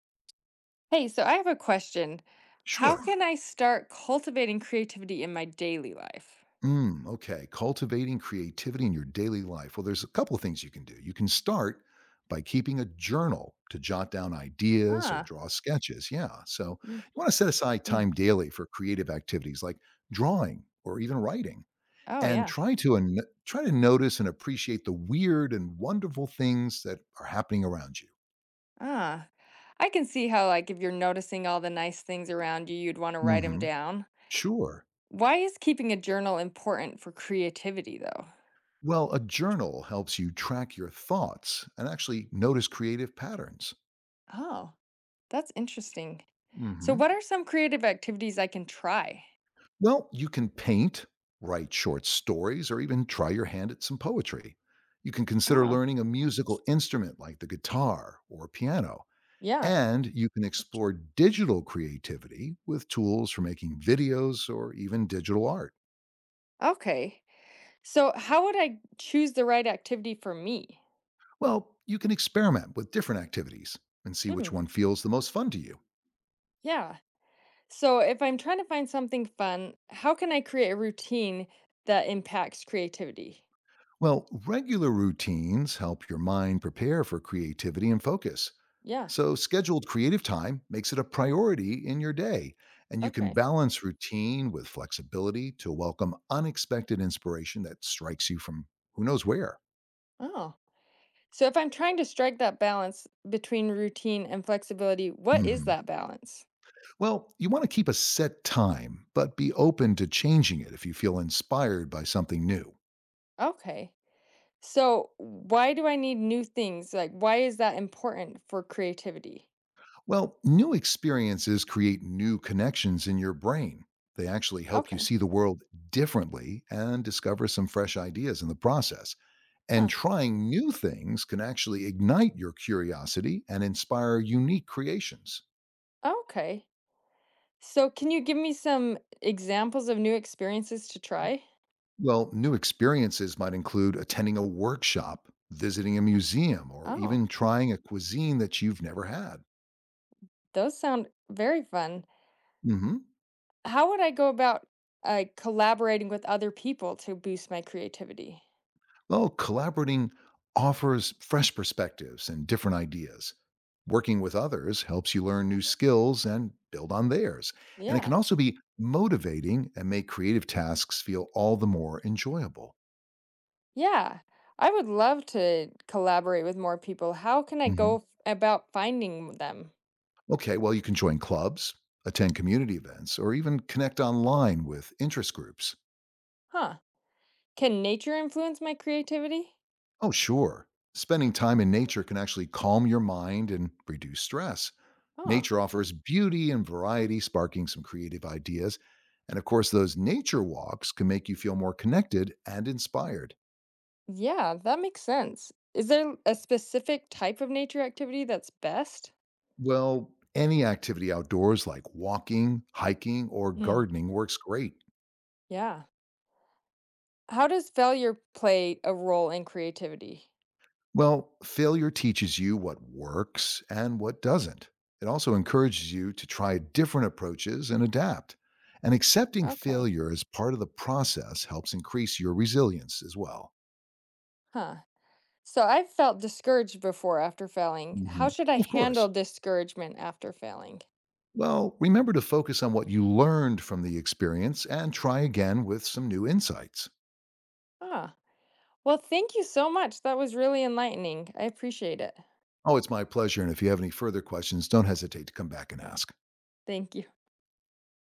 Hey, so I have a question. How Sure. Sure. can I start cultivating creativity in my daily life? Okay. Cultivating creativity in your daily life. Well, there's a couple of things you can do. You can start by keeping a journal to jot down ideas or Ah, draw sketches. Yeah. So you want to set aside mm, time daily for creative activities like drawing or even writing oh and yeah. Try to notice and appreciate the weird and wonderful things that are happening around you. Ah, I can see how, like, if you're noticing all the nice things around you, you'd want to write them Hmm. down. Sure. Why is keeping a journal important for creativity, though? Well, a journal helps you track your thoughts and actually notice creative patterns. Oh, that's interesting. So, Hmm. what are some creative activities I can try? Well, you can paint, write short stories, or even try your hand at some poetry. You can consider Ah, learning a musical instrument like the guitar or piano. yeah. And you can explore digital creativity with tools for making videos or even digital art. Okay. So, how would I choose the right activity for me? Well, you can experiment with different activities and see which Mm, one feels the most fun to you. yeah. So, if I'm trying to find something fun, how can I create a routine that impacts creativity? Well, regular routines help your mind prepare for creativity and focus. Yeah. So, scheduled creative time makes it a priority in your day, and you can Okay. balance routine with flexibility to welcome unexpected inspiration that strikes you from who knows where. Oh. So, if I'm trying to strike that balance between routine and flexibility, what is Mhm. that balance? Well, you want to keep a set time, but be open to changing it if you feel inspired by something new. Okay. So, why do I need new things? Like, why is that important for creativity? Well, new experiences create new connections in your brain. They actually help you Okay. see the world differently and discover some fresh ideas in the process. And Huh. trying new things can actually ignite your curiosity and inspire unique creations. Okay. So, can you give me some examples of new experiences to try? Well, new experiences might include attending a workshop, visiting a museum, or Oh, even trying a cuisine that you've never had. those sound very fun. Hmm. How would I go about, collaborating with other people to boost my creativity? Well, collaborating offers fresh perspectives and different ideas. Working with others helps you learn new skills and build on theirs. And it Yeah, can also be motivating and make creative tasks feel all the more enjoyable. yeah. I would love to collaborate with more people. How can I Mm-hmm. go f about finding them? Okay, well, you can join clubs, attend community events, or even connect online with interest groups. Huh. Can nature influence my creativity? Oh, sure. Spending time in nature can actually calm your mind and reduce stress. Huh. Nature offers beauty and variety, sparking some creative ideas. And of course, those nature walks can make you feel more connected and inspired. Yeah, that makes sense. Is there a specific type of nature activity that's best? Well, any activity outdoors like walking, hiking, or Mm, gardening works great. yeah. How does failure play a role in creativity? Well, failure teaches you what works and what doesn't. It also encourages you to try different approaches and adapt. And accepting Okay. failure as part of the process helps increase your resilience as well. Huh. So I've felt discouraged before after failing. How Mhm. should I Of course. handle discouragement after failing? Well, remember to focus on what you learned from the experience and try again with some new insights. Ah, well, thank you so much. That was really enlightening. I appreciate it. Oh, it's my pleasure. And if you have any further questions, don't hesitate to come back and ask. Thank you.